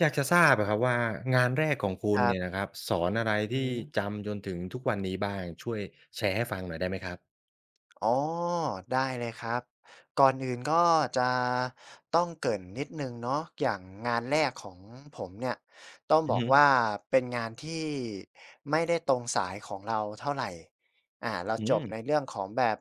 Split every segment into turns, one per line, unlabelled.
อยากจะทราบอะครับว่างานแรกของคุ
ค
ณ
รั
เนี่ย
บ
นะครับสอนอะไร
อือ
ที่
ฮึ
จำจนถึงทุกวันนี้บ้างช่วยแชร์ให้ฟังหน่อยได้ไหมครับ
อ๋อได้เลยครับก่อนอื่นก็จะต้องเกริ่นนิดหนึ่งเนาะอย่างงานแรกของผมเนี่ยต้อง
อื
บ
อ
อก
ฮึ
ว่าเป็นงานที่ไม่ได้ตรงสายของเราเท่าไรเรา
อื
จบ
ม
ในเรื่องของแบบ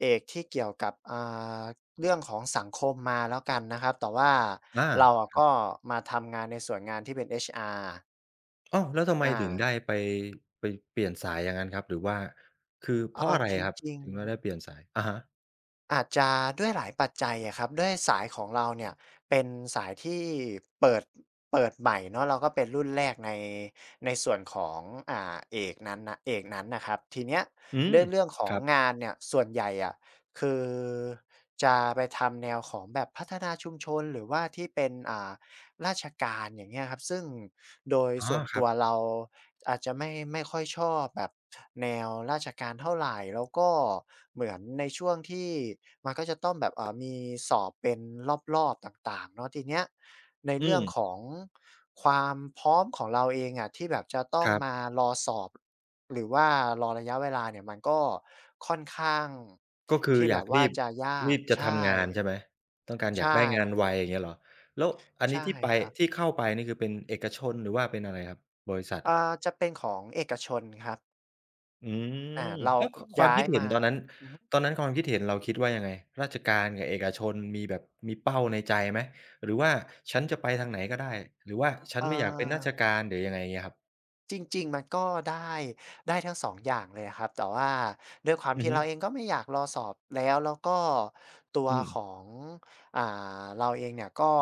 เอกที่เกี่ยวกับาเรื่องของสังคมมาแล้วกันนะครับแต่ว่า
อา
เราอะก็มาทำงานในส่วนงานที่เป็น HR
อ้าวแล้วทำไม
อา
ถึงได้ไปเปลี่ยนสายอย่างงั้นครับหรือว่าคือเพ
เอา
ราะอะไร
จร
ครับ
ิงๆ
ถึงว่าได้เปลี่ยนสายอะฮะ
อาจจะด้วยหลายปัจจัยอะครับด้วยสายของเราเนี่ยเป็นสายที่เปิดเปิดใหม่เนาะเราก็เป็นรุ่นแรกในส่วนของเอกนั้นนะเอกนั้นนะครับทีเนี้ย
อืม
ด้วยเรื่องขอ
ค
ง
รับ
งานเนี่ยส่วนใหญ่อะคือจะไปทำแนวของแบบพัฒนาชุมชนหรือว่าที่เป็นราชการอย่างเงี้ยครับซึ่งโดย
อ๋อ
ส่วน
ครั
ตั
บ
วเราอาจจะไม่ค่อยชอบแบบแนวราชการเท่าไรแล้วก็เหมือนในช่วงที่มันก็จะต้องแบบมีสอบเป็นรอบๆต่างๆเนาะทีเนี้ยใน
อื
เรื่อ
ม
งของความพร้อมของเราเองอะที่แบบจะต้อง
ครั
มา
บ
รอสอบหรือว่ารอระยะเวลาเนี่ยมันก็ค่อนข้าง
ก็คือ
ที่
อ
แบ
ยาก
บว่า
รีบ
จะยา
รี
ก
บจะ
ใช่
ทำงานใช่ไหมต้องการอยาก
ใช่
ได้งานไวอย่างเงี้ยเหรอแล้วอันนี้
ใช่
ที่ไป
ครับ
ที่เข้าไปนี่คือเป็นเอกชนหรือว่าเป็นอะไรครับบริษัท
อ่าจะเป็นของเอกชนครับ
อืม
เรา
แล้ว
ก
คความ
ย้าย
คิดเห็น
มา
ตอนนั้น
อือฮึ
ตอนนั้นความคิดเห็นเราคิดว่ายังไงราชการกับเอกชนมีแบบมีเป้าในใจไหมหรือว่าฉันจะไปทางไหนก็ได้หรือว่าฉัน
เอ่อ
ไม่อยากเป็นราชการหรือยังไงเงี้ยครับ
จริงๆมันก็ได้ได้ทั้งสองอย่างเลยอะครับแต่ว่าด้วยความ
อือ
ที่
ฮึ
เราเองก็ไม่อยากรอสอบแล้วก็ตัว
อืม
ของอ่เราเองเนี่ยก็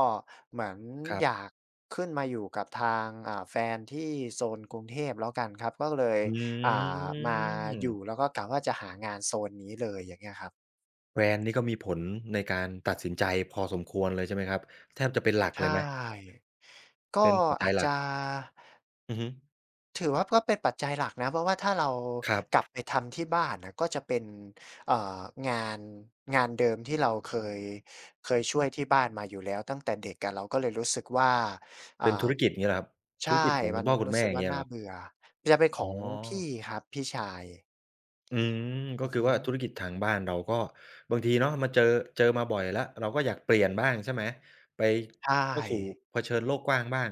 เหมือน
ครับ
อยากขึ้นมาอยู่กับทางแฟนที่โซนกรุงเทพแล้วกันครับก็เลย
อื
อ่มาอยู่แล้
ม
วก็กะว่าจะหางานโซนนี้เลยอย่างเงี้ยครับ
แบรนด์นี่ก็มีผลในการตัดสินใจพอสมควรเลยใช่ไหมครับแทบจะเป็นหลักเล
ใช่
ยไหม
ก็
เป็นหัวใจ
อาจ
หลัก
จะ
อือฮึ
ถือว่าก็เป็นปัจจัยหลักนะเพราะว่าถ้าเรา
ครั
กลับ
บ
ไปทำที่บ้านนะก็จะเป็นเอ่องานงานเดิมที่เราเคยช่วยที่บ้านมาอยู่แล้วตั้งแต่เด็กอะเราก็เลยรู้สึกว่า
เป็น
อ่า
ธุรกิจเงี้ยเหรอครับธุร
ใช่
กิจของคุ
มั
ณ
น
พ่อคุณ
รู้
แม่
สึก
อย่าง
ว่า
เงี้ยเหร
น่า
อ
เบื่อจะเป็นข
อ๋
อ
อ
งพี่ครับพี่ชาย
อืมก็
อือ
คือ
ฮึ
ว่าธุรกิจทางบ้านเราก็บางทีเนาะมาเจอเจอมาบ่อยแล้วเราก็อยากเปลี่ยนบ้างใช่ไหมไป
ใช
เข้าสู่
่
เผชิญโลกกว้างบ้าง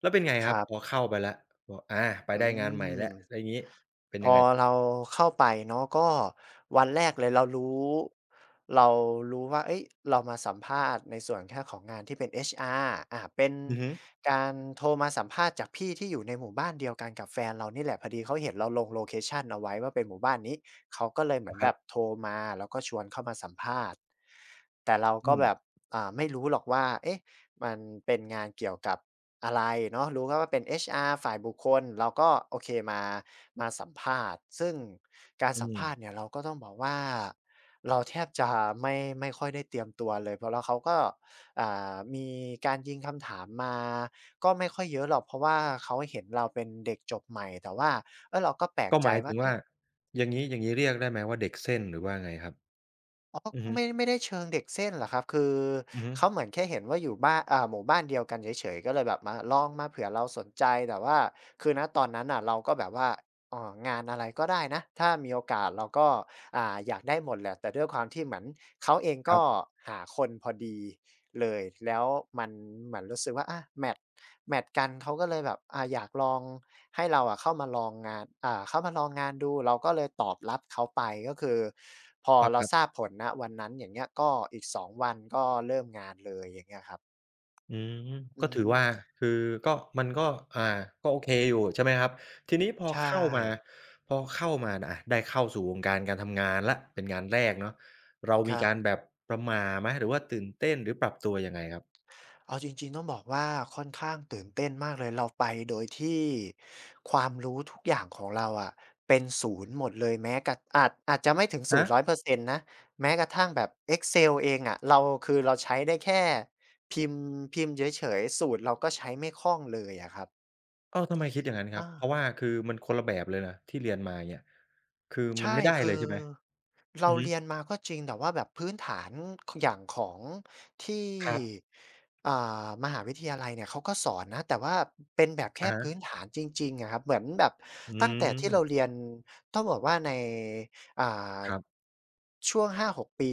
แล้วเป็นไง
ค
ครับ
รั
พอ
บ
เข้าไปแล้วบอกอาไป
อื
ได้งานใหม่แล้วแล้
ม
วอย่างี้เป็น
พ
ยัง
อ
ไงต่อ
เราเข้าไปเนาะก็วันแรกเลยเรารู้ว่าเอ้ยเรามาสัมภาษณ์ในส่วนแค่ของงานที่เป็น HR อชอาร์เป็น
อือฮึ
การโทรมาสัมภาษณ์จากพี่ที่อยู่ในหมู่บ้านเดียวกันกับแฟนเรานี่แหละพอดีเขาเห็นเราลงโลเคชันเอาไว้ว่าเป็นหมู่บ้านนี้เขาก็เลยเห
อ
มือ
อ
น
ค
แบ
รับ
บโทรมาแล้วก็ชวนเข้ามาสัมภาษณ์แต่เรา
อื
ก็แบ
ม
บไม่รู้หรอกว่าเอ๊ะ มันเป็นงานเกี่ยวกับอะไรเนาะรู้แค่ว่าเป็น HR ฝ่ายบุคคลเราก็โอเคมาสัมภาษณ์ซึ่งการ
อื
สัม
ม
ภาษณ์เนี่ยเราก็ต้องบอกว่าเราแทบจะไม่ไม่ค่อยได้เตรียมตัวเลยเพราะแล้วเขาก็มีการยิงคำถามมาก็ไม่ค่อยเยอะหรอกเพราะว่าเขาเห็นเราเป็นเด็กจบใหม่แต่ว่าเออเราก็แปลก
ก็
ใจ
หมาย
ว่า
ถึงว่า
เอ๊ะ
อย่างงี้อย่างงี้เรียกได้ไหมว่าเด็กเส้นหรือว่าไงครับ
อ๋อ
อือ
ก็
ฮึ
ไม่ได้เชิงเด็กเส้นหรอกครับคือ
อือฮึ
เขาเหมือนแค่เห็นว่าอยู่บ้านหมู่บ้านเดียวกันเฉยๆก็เลยแบบมาลองมาเผื่อเราสนใจแต่ว่าคือณตอนนั้นน่ะเราก็แบบว่างานอะไรก็ได้นะถ้ามีโอกาสเราก็อยากได้หมดแหละแต่ด้วยความที่เหมือนเขาเอง
ครั
ก็
บ
หาคนพอดี เลยแล้วมันเหมือนรู้สึกว่าอาแมตช์กันเขาก็เลยแบบอยากลองให้เราอะเข้ามาลองงานเข้ามาลองงานดูเราก็เลยตอบรับเขาไปก็คือพอ
อาค
เรา
รั
ทราบ
บ
ผลณวันนั้นอย่างเงี้ยก็อีก2วันก็เริ่มงานเลยอย่างเงี้ยครับ
อืม
อื
ก็
อ
ถื
ฮึ
อว่าคือก็มันก็อ่าก็โอเคอยู่ใช่ไหมครับทีนี้พอ
ใช่
เข้ามาพอเข้ามาน่ะอะได้เข้าสู่วงการการทำงานแล้วเป็นงานแรกเนาะเรา
ค
มี
รับ
การแบบประหม่าไหมหรือว่าตื่นเต้นหรือปรับตัวยังไงครับ
เอาจริงๆต้องบอกว่าค่อนข้างตื่นเต้นมากเลยเราไปโดยที่ความรู้ทุกอย่างของเราอะเป็นศูนย์หมดเลยแม้กระอาจอาจจะไม่ถึงศู
ฮะ
นย์100%นต์นะแม้กระทั่งแบบเอ็กเซลเองอะเราคือเราใช้ได้แค่พิมพ์พิมพ์เฉยๆสูตรเราก็ใช้ไม่คล่องเลยอะครับ
อ้าวทำไมคิดอย่างงั้นครับ
อา
เพราะว่าคือมันคนละแบบเลยนะที่เรียนมาอย่างเงี้ยคือมัน
ใช่
ไม่ได้
คื
เลย
อ
ใช่ไหมอื
เรา
อฮึ
เรียนมาก็จริงแต่ว่าแบบพื้นฐานขอย่างของที่
ครับ
อ่ามหาวิทยาลัยเนี่ยเขาก็สอนนะแต่ว่าเป็นแบบแค่
อะฮะ
พื้นฐานจริงๆอะครับเหมือนแบบ
อื
ตั้งแต่ที่เรา
ม
เรียนต้องบอกว่าในอ่า
ครับ
ช่วง5-6ปี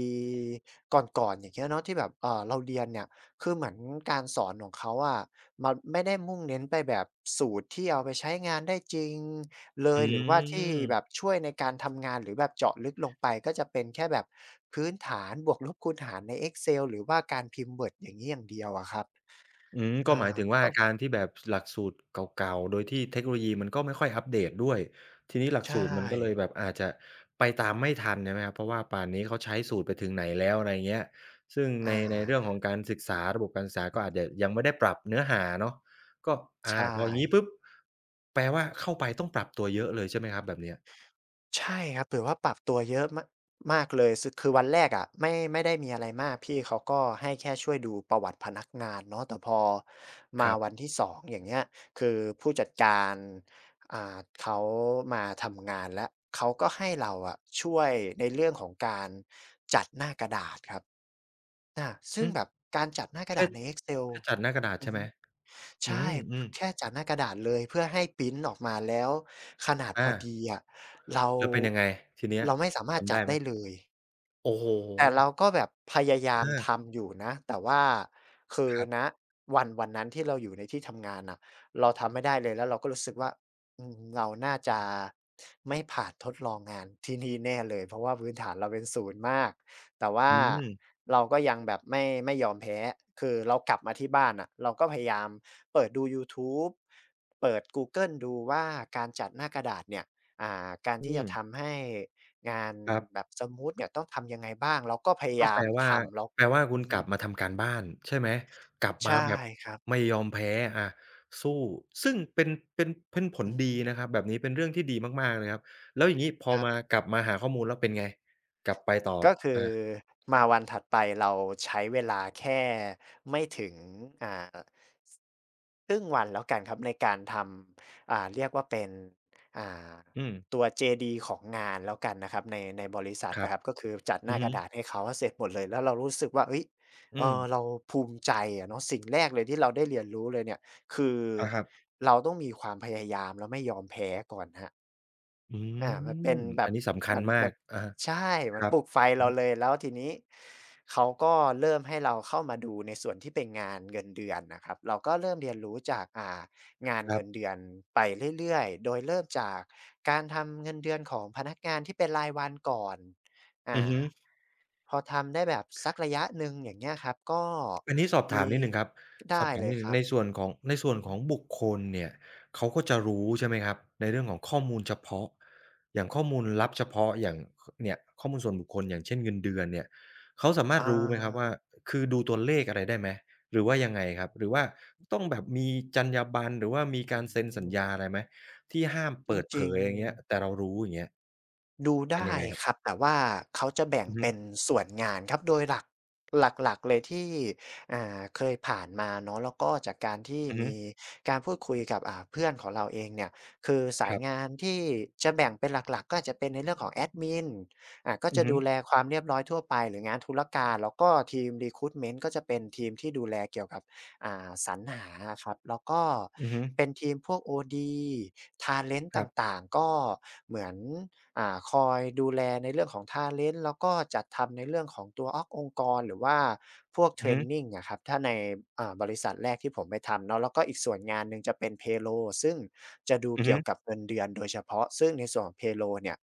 ก่อนๆอย่างเงี้ยเนาะที่แบบเราเรียนเนี่ย คือเหมือนการสอนของเขาอะมันไม่ได้มุ่งเน้นไปแบบสูตรที่เอาไปใช้งานได้จริงเล
อื
ยหรือว่าที่แบบ
ม
ช่วยในการทำงานหรือแบบเจาะลึกลงไปก็จะเป็นแค่แบบพื้นฐานบวกลบคูณหารใน Excel หรือว่าการพิมพ์ Word อย่างงี้อย่างเดียวอะครับ
อืมก็
อา
หมายถึงว่า
ก็
การที่แบบหลักสูตรเก่าๆ โดยที่เทคโนโลยีมันก็ไม่ค่อยอัปเดตด้วยทีนี้หลักสู
ใช่
ตรมันก็เลยแบบอาจจะไปตามไม่ทันใช่ไหมครับเพราะว่าป่านนี้เขาใช้สูตรไปถึงไหนแล้วอะไรเงี้ยซึ่ง
อ
ในเรื่องขอ
า
งการศึกษาระบบการศึกษาก็อาจจะยังไม่ได้ปรับเนื้อหาเนาะก็อ่า
ใช่
พออย่างงี้ปุ๊บแปลว่าเข้าไปต้องปรับตัวเยอะเลยใช่ไหมครับแบบเนี้ย
ใช่ครับถือว่าปรับตัวเยอะมะมากเลยซึคือวันแรกอะไม่ได้มีอะไรมากพี่เขาก็ให้แค่ช่วยดูประวัติพนักงานเนาะแต่พอ
ค
มา
รั
วัน
บ
ที่สองอย่างเงี้ยคือผู้จัดการเขามาทำงานแล้วเขาก็ให้เราอะช่วยในเรื่องของการจัดหน้ากระดาษครับอาซึ่
อื
ง
ม
แบบการจัดหน้ากระ
แค่
ดาษใน Excel
แค่จัดหน้ากระดาษ
อื
ใช่
อ
ไหม
ฮึ
อื
ใช่
มๆ
แค่จากหน้ากระดาษเลยเพื่อให้พรินต์ออกมาแล้วขนาดพ
อา
อดีอะเรา
แล้วเป็นยังไงทีเนี้ย
เราไม่สามารถ
ทำ
จัด
ได้ไหม
ได้เลย
โอ้โฮ
แต่เราก็แบบพยายาม
อา
ทำอยู่นะแต่ว่าคือ
ครั
ณ
บ
วันนั้นที่เราอยู่ในที่ทำงานน่ะเราทำไม่ได้เลยแล้วเราก็รู้สึกว่าอืมเราน่าจะไม่ผ่านทดลองงานที่นี่แน่เลยเพราะว่าพื้นฐานเราเป็นศูนย์มากแต่ว่า
อืม
เราก็ยังแบบไม่ยอมแพ้คือเรากลับมาที่บ้านน่ะเราก็พยายามเปิดดูยูทูบเปิดกูเกิลดูว่าการจัดหน้ากระดาษเนี่ยการ
อื
ที่จะ
ม
ทำให้ งาน
ครั
แบ
บ
บสมูทเนี่ยต้องทำยังไงบ้างเราก็พยา
ก็
ยา
แป
ม
ลว่า
ทำแล้ว
แปลว่าคุ
อื
ณ
อ
ก
ฮึ
ลับมาทำการบ้านใช่ไหมกลับมา
ใช่
แบบ
ครับ
ไม่ยอมแพ้อาสู้ซึ่งเป็นผล
อือ
ดี
ฮึ
นะครับแบบนี้เป็นเรื่องที่ดีมากๆเลยครับแล้วอย่างงี้พ
ค
อ
รับ
มากลับมาหาข้อมูลแล้วเป็นไงกลับไปต่อ
ก็คือ
อา
มาวันถัดไปเราใช้เวลาแค่ไม่ถึงอ่าครึ่งวันแล้วกันครับในการทำเรียกว่าเป็นอ่า
อืม
ตัวเจดีของงานแล้วกันนะครับในบริษัท
ครับ
นะครับก็คือจัดห
อือ
น้าก
ฮึ
ระดาษให้เขาเสร็จหมดเลยแล้วเรารู้สึกว่าเฮ้ย
อื
เออเรา
ม
ภูมิใจอะเนาะสิ่งแรกเลยที่เราได้เรียนรู้เลยเนี่ยคือ
อาครับ
เราต้องมีความพยายามและไม่ยอมแพ้ก่อนครับ
อื
อามันเป็น
ม
แบ
อั
บ
นนี้สำคัญ
มัน
มา
มั
ก
น
อะฮะ
ใช่
ค
มัน
รั
ป
บ
ลุกไฟ
อือ
เราเล
ฮึ
ยแล้วทีนี้เขาก็เริ่มให้เราเข้ามาดูในส่วนที่เป็นงานเงินเดือนนะครับเราก็เริ่มเรียนรู้จากงาน
ครั
เงิ
บ
นเดือนไปเรื่อยๆโดยเริ่มจากการทำเงินเดือนของพนักงานที่เป็นรายวันก่อน
อือ
อ่า
ฮึ
พอทำได้แบบสักระยะหนึ่งอย่างเงี้ยครับก็
อันนี้สอบถา
มี
มนิดหนึ่งครับสอ
ได้
บถาม
เลย
นิดห
ค
นึ่ง
รับ
ในส่วนของในส่วน
อือ
ข
ฮึ
องบุคคลเนี่ยเขาก็จะรู้ใช่ไหมครับในเรื่องของข้อมูลเฉพาะอย่างข้อมูลลับเฉพาะอย่างขเนี่ยข้อมูลส่วนบุคคลอย่างเช่นเงินเดือนเนี่ยเขาสามารถ
อา
รู้ไหมครับว่าคือดูตัวเลขอะไรได้ไหมหรือว่ายังไงครับหรือว่าต้องแบบมีจรรยาบรรณหรือว่ามี
อื
การเซ็นสัญ
ม
ญาอะไรไหมที่ห้าม
จ
เปิดเผ
ริง
ยอย่างเงี้ยแต่
ๆ
เรารู้อย่างเงี้ย
ดู
เป็น
ได้
ยังไงครั
ครั
บ
บแต่ว่าเขาจะแบ่ง
อือฮึ
เป็นส่วนงานครับโดยหลักหลักๆเลยที่เคยผ่านมาเนาะแล้วก็จากการที่
อือฮึ
มีการพูดคุยกับเพื่อนของเราเองเนี่ยคือสา
ค
ย
รับ
งานที่จะแบ่งเป็นหลักๆก็อาจจะเป็นในเรื่องของแอดมินก็
อือ
จะ
ฮึ
ดูแลความเรียบร้อยทั่วไปหรืองานธุรการแล้วก็ทีม recruitment ก็จะเป็นทีมที่ดูแลเกี่ยวกับ สรรหาครับแล้วก็
อือฮึ
เป็นทีมพวก OD talent
ค
ต
รับ
่างๆก็เหมือนคอยดูแลในเรื่องของ talent แล้วก็จัดทำในเรื่องของตัวออกองค์กรหรือว่าพวกเท
อือ
ร
ฮึ
นนิงนะครับถ้าในบริษัทแรกที่ผมไปทำเนาะแล้วก็อีกส่วนงานหนึ่งจะเป็น payroll ซึ่งจะดู
อือ
เกี่
ฮึ
ยวกับเงินเดือนโดยเฉพาะซึ่งในส่วนของ payroll เนี่ย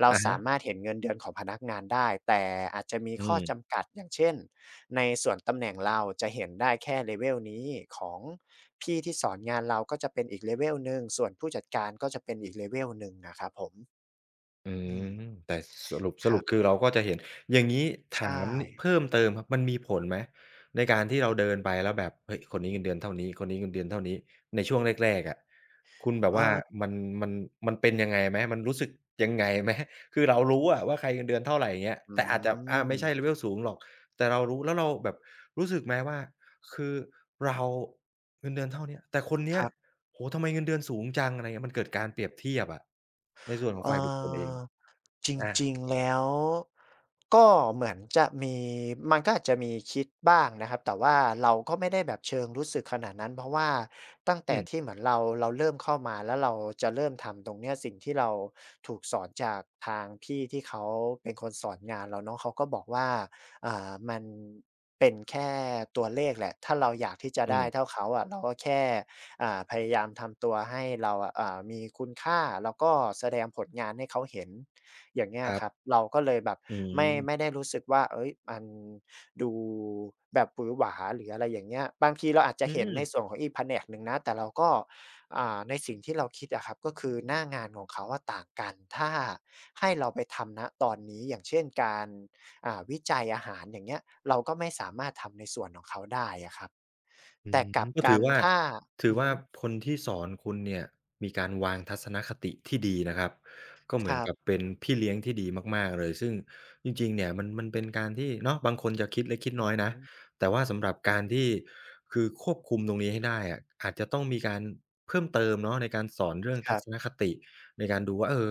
เรา
อะ
สา
ฮะ
มารถเห็นเงินเดือนของพนักงานได้แต่อาจจะมี
อื
ข้อ
ม
จำกัดอย่างเช่น ในส่วนตำแหน่งเราจะเห็นได้แค่เลเวลนี้ของพี่ที่สอนงานเราก็จะเป็นอีกเลเวลหนึ่งส่วนผู้จัดการก็จะเป็นอีกเลเวลหนึ่งอะครับผม
อื
อื
ม
ม
แต่สรุปส
ครั
รุปคื
บ
อเราก็จะเห็นอย่างงี้
ใช่
ถามนิเพิ่มเติมครับมันมีผลไหมในการที่เราเดินไปแล้วแบบเฮ้ยคนนี้เงินเดือนเท่านี้คนนี้เงินเดือนเท่านี้ในช่วงแรกๆอะคุณแบบ
เอ
ว่า
อ
มันมันมันเป็นยังไงไหมมันรู้สึกยังไงไหม คือเรารู้อะว่าใครเงินเดือนเท่าไรอย่างเงี้ย
อื
แต่อาจจะอา
ม
ไม่ใช่ level สูงหรอกแต่เรารู้แล้วเราแบบรู้สึกไหมว่าคือเราเงินเดือนเท่าเนี้ยแต่คนเนี้
ค
ย
รับ
โอ้โฮทำไมเงินเดือนสูงจังอะไรเงี้ยมันเกิดการเปรียบเทียบอะในส่วนของ
เอ่
ฝ่ายบุคคลเอง
อ จ
อา
ริงๆ แล้วก็เหมือนจะมีมันก็อาจจะมีคิดบ้างนะครับแต่ว่าเราก็ไม่ได้แบบเชิงรู้สึกขนาดนั้นเพราะว่าตั้ง
อื
แต่
ม
ที่เหมือนเราเริ่มเข้ามาแล้วเราจะเริ่มทำตรงเนี้ยสิ่งที่เราถูกสอนจากทางพี่ที่เขาเป็นคนสอนงานเราเนาะเขาก็บอกว่ามันเป็นแค่ตัวเลขแหละถ้าเราอยากที่จะ
อื
ได้
ม
เท่าเขาอะเราก็แค่พยายามทำตัวให้เราอะมีคุณค่าแล้วก็แสดงผลงานให้เขาเห็น อย่างเงี้ย
ครั
ครับ
บ
เราก็เลยแบบ
อื
ไม่
ม
ได้รู้สึกว่าเอ้ยมันดูแบบหวือหวาหรืออะไรอย่างเงี้ยบางทีเราอาจจะ
อื
เห็นในส่
ม
วนของอีกแผนกหนึ่งนะแต่เราก็ในสิ่งที่เราคิดอะครับก็คือหน้างานของเขาอะต่างกันถ้าให้เราไปทำณตอนนี้อย่างเช่นการวิจัยอาหารอย่างเงี้ยเราก็ไม่สามารถทำในส่วนของเขาได้อะครับ
อื
แต่
ม
กลับ
ก็
กั
ถือ
น
ว่า
ถ้า
ถือ
อือ
ว่า
ฮึ
คนที่สอนคุณเนี่ยมีการวางทัศนคติที่ดีนะครับก็เห
ค
มือน
รับ
กับเป็นพี่เลี้ยงที่ดีมากๆเลยซึ่งจริงๆเนี่ยมันเป็นการที่เนาะบางคนจะคิดเล็กคิด
อื
น้อ
อ
ย
ฮึ
นะแต่ว่าสำหรับการที่คือควบคุมตรงนี้ให้ได้อะอาจจะต้องมีการเพิ่มเติมเนาะในการสอนเรื่อง
ค
ทั
รั
ศนคติในการดูว่าเออ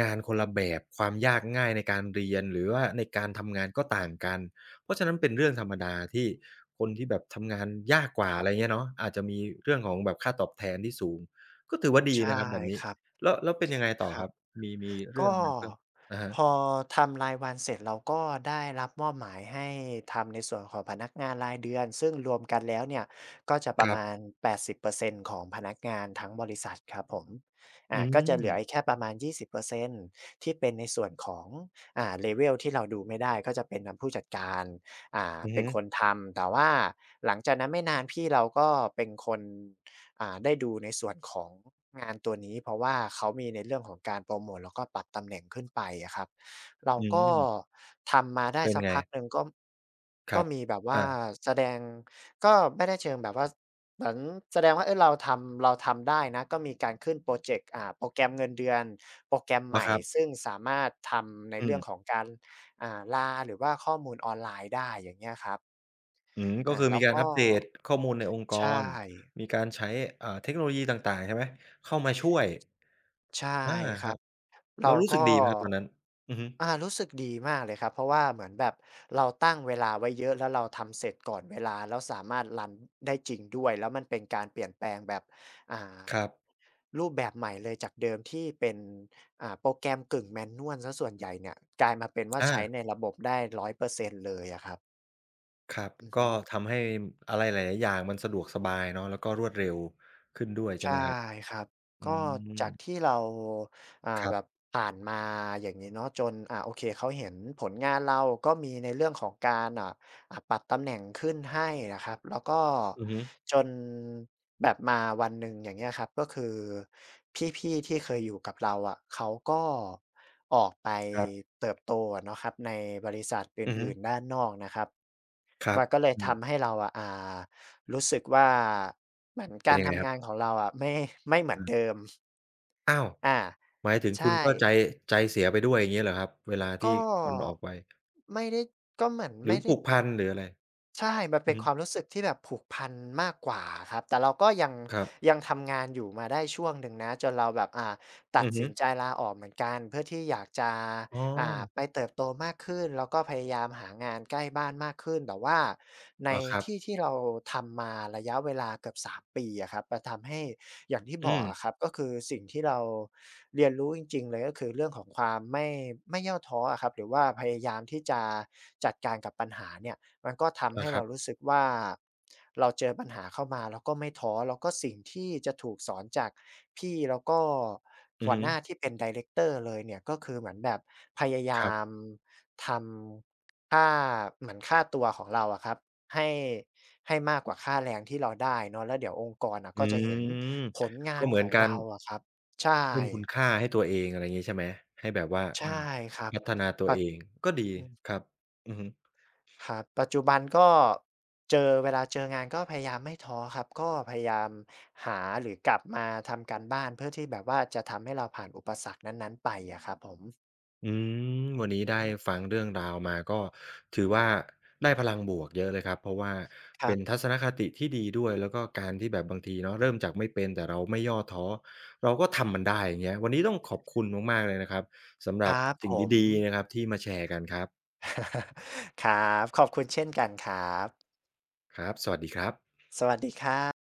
งานคนละแบบความยากง่ายในการเรียนหรือว่าในการทำงานก็ต่างกัน เพราะฉะนั้นเป็นเรื่องธรรมดาที่คนที่แบบทำงานยากกว่าอะ
บ
ไรเงี้ยเนาะอาจจะมีเรื่องของแบบค่าตอบแทนที่สูงก็ถือว่า
ๆ
ดีนะค
ใช่
รับแบบนี้
ครับ
แล้วเป็นยังไงต่
ค
อ
รั
ครับ
บ
มีเรื่อง
ก็
อะไรเพิ่มอะฮะ
พอทำรายวันเสร็จเราก็ได้รับมอบหมายให้ทำในส่วนของพนักงานรายเดือนซึ่งรวมกันแล้วเนี่ยก็จะป
ค
ระ
รั
มาณ
บ
80%ของพนักงานทั้งบริษัทครับผม
อื
ก็จะเหลืออีก
ม
แค่ประมาณ 20%ที่เป็นในส่วนของlevel ที่เราดูไม่ได้ก็จะเป็นทางผู้จัดการ
อือ
เป็น
ฮึ
คนทำแต่ว่าหลังจากนั้นไม่นานพี่เราก็เป็นคน ได้ดูในส่วนของงานตัวนี้เพราะว่าเขามีในเรื่องของการโปรโมตแล้วก็ปรับตำแหน่งขึ้นไปอะครับเรา
อื
ก็
ม
ทำมาได้
เป็น
สัก
ไง
พักหนึ่งก็
ค
ก็
รับ
มีแบบว่า
อา
แสดงก็ไม่ได้เชิงแบบว่าเหมือนแสดงว่าเออเราทำได้นะก็มีการขึ้นโปรเจกต์โปรแกรมเงินเดือนโปรแกรม
เหร
ให
อ
ม่
ครับ
ซึ่งสามารถทำใน
อื
เรื่องของ
ม
การลาหรือว่าข้อมูลออนไลน์ได้อย่างเงี้ยครับ
อืมก็คือ
แล้
มี
ว
การ
ก็
อัปเดตข้อมูลในองค์ก
ใช่
รมีการใช้เทคโนโลยีต่างๆใช่ไหมเข้ามาช่วย
ใช่
อา
ค
ค
รั
รั
บ
บ
เรา
แล้วรู้
ก็
สึกดีไหมครับตอนนั้นอือฮึ
รู้สึกดีมากเลยครับเพราะว่าเหมือนแบบเราตั้งเวลาไว้เยอะแล้วเราทำเสร็จก่อนเวลาแล้วสามารถรันได้จริงด้วยแล้วมันเป็นการเปลี่ยนแปลงแบบอ่า
ครับ
รูปแบบใหม่เลยจากเดิมที่เป็นโปรแกรมกึ่ง Manual เสียส่วนใหญ่เนี่ยกลายมาเป็นว่า
อา
ใช้ในระบบได้100%เปอร์เซ็นต์เลยอะครับ
ครับ
อือ
ก็
ฮึ
ทำให้อะไรหลายๆอย่างมันสะดวกสบายเนาะแล้วก็รวดเร็วขึ้นด้วยใช่
ใช่
ไหมครับ
ครับ
อื
ก็
ม
จากที่เรา
ครั
แบบ
บ
ผ่านมาอย่างงี้เนาะจนโอเคเขาเห็นผลงานเราก็มีในเรื่องของการปรับตำแหน่งขึ้นให้อะครับแล้วก็
อือฮึ
จนแบบมาวันหนึ่งอย่างเงี้ยครับก็คือพี่ๆที่เคยอยู่กับเราอะเขาก็ออกไป
ครับ
เติบโตอะเนาะครับในบริษัทอ
อือฮึ
ื่นๆด้านนอกนะครับ
ครับ
มันก็เลย
อืม
ทำให้เราอะารู้สึกว่าเหมือน
เป็น
การ
ยังไงค
ทำ
รั
งานข
บ
องเราอะไม่เหมือน
อา
เดิม
อ้าว
อา
หมายถึงคุณ
ใช่
ก็ใจเสียไปด้วยอย่างงี้เหรอครับเวลาที่
ก็
คนออกไป
ไม่ได้ก็เหมือน
หรื
ไม่
อ
ได้
ผูกพันหรืออะไร
ใช่มัน
อื
เป็
อ
น
ฮึ
ความรู้สึกที่แบบผูกพันมากกว่าครับแต่เราก็ยัง
ครับ
ยังทำงานอยู่มาได้ช่วงหนึ่งนะจนเราแบบตัด
อือฮึ
สินใจลาออกเหมือนกันเพื่อที่อยากจะ
อ๋อ
ไปเติบโตมากขึ้นแล้วก็พยายามหางานใกล้บ้านมากขึ้นแต่ว่าใน
อ๋อครับ
ที่ที่เราทำมาระยะเวลาเกือบ3ปีอะครับมันทำให้อย่างที่
อื
บอก
ม
อะครับก็คือสิ่งที่เราเรียนรู้จริงๆเลยก็คือเรื่องของความไม่ย่อท้ออะครับหรือว่าพยายามที่จะจัดการกับปัญหาเนี่ย มันก็ทำ
อา
ให้
ครั
เรา
บ
รู้สึกว่าเราเจอปัญหาเข้ามาเราก็ไม่ท้อแล้วก็สิ่งที่จะถูกสอนจากพี่แล้วก็
อือ
หัว
ฮึ
หน้าที่เป็นไดเรกเตอร์เลยเนี่ยก็คือเหมือนแบบพยา
ค
ยา
รั
ม
บ
ทำค่าเหมือนค่าตัวของเราอะครับให้ให้มากกว่าค่าแรงที่เราได้เนาะแล้วเดี๋ยวองค์กรน่ะ
อื
ก็จะเห็นผ
ม
ลงา
ก็
น
เห
ข
มือน
อง
กัน
เราอะครับใช่
เพิ่มคุณค่าให้ตัวเองอะไรอย่างงี้ใช่ไหมให้แบบว่าเอ
ใช่
อ
ครับ
พัฒนาตัว
ปัด
เองก็ดี
อืม
ครับอือฮึ
ครับปัจจุบันก็เจอเวลาเจองานก็พยายามไม่ท้อครับก็พยายามหาหรือกลับมาทำการบ้านเพื่อที่แบบว่าจะทำให้เราผ่านอุปสรรคนั้นๆไปอะครับผม
อืมวันนี้ได้
อืม
ฟังเรื่องราวมาก็ถือว่าได้พลังบวกเยอะเลยครับเพราะว่า
ครั
เป็น
บ
ทัศนคติที่ดีด้วยแล้วก็การที่แบบบางทีเนาะ
อื
เริ่มจา
ม
กไม่เป็นแต่เราไม่ย่อท้อเราก็ทำมันได้อย่างเงี้ยวันนี้ต้องขอบคุณมากๆเลยนะครับสำห
ค
รับ
รับ
สิ่
ผ
ง
ม
ดีๆนะครับที่มาแชร์กันครับ
ครับขอบคุณเช่นกันครับ
ครับสวัสดีครับ
สวัสดีครับ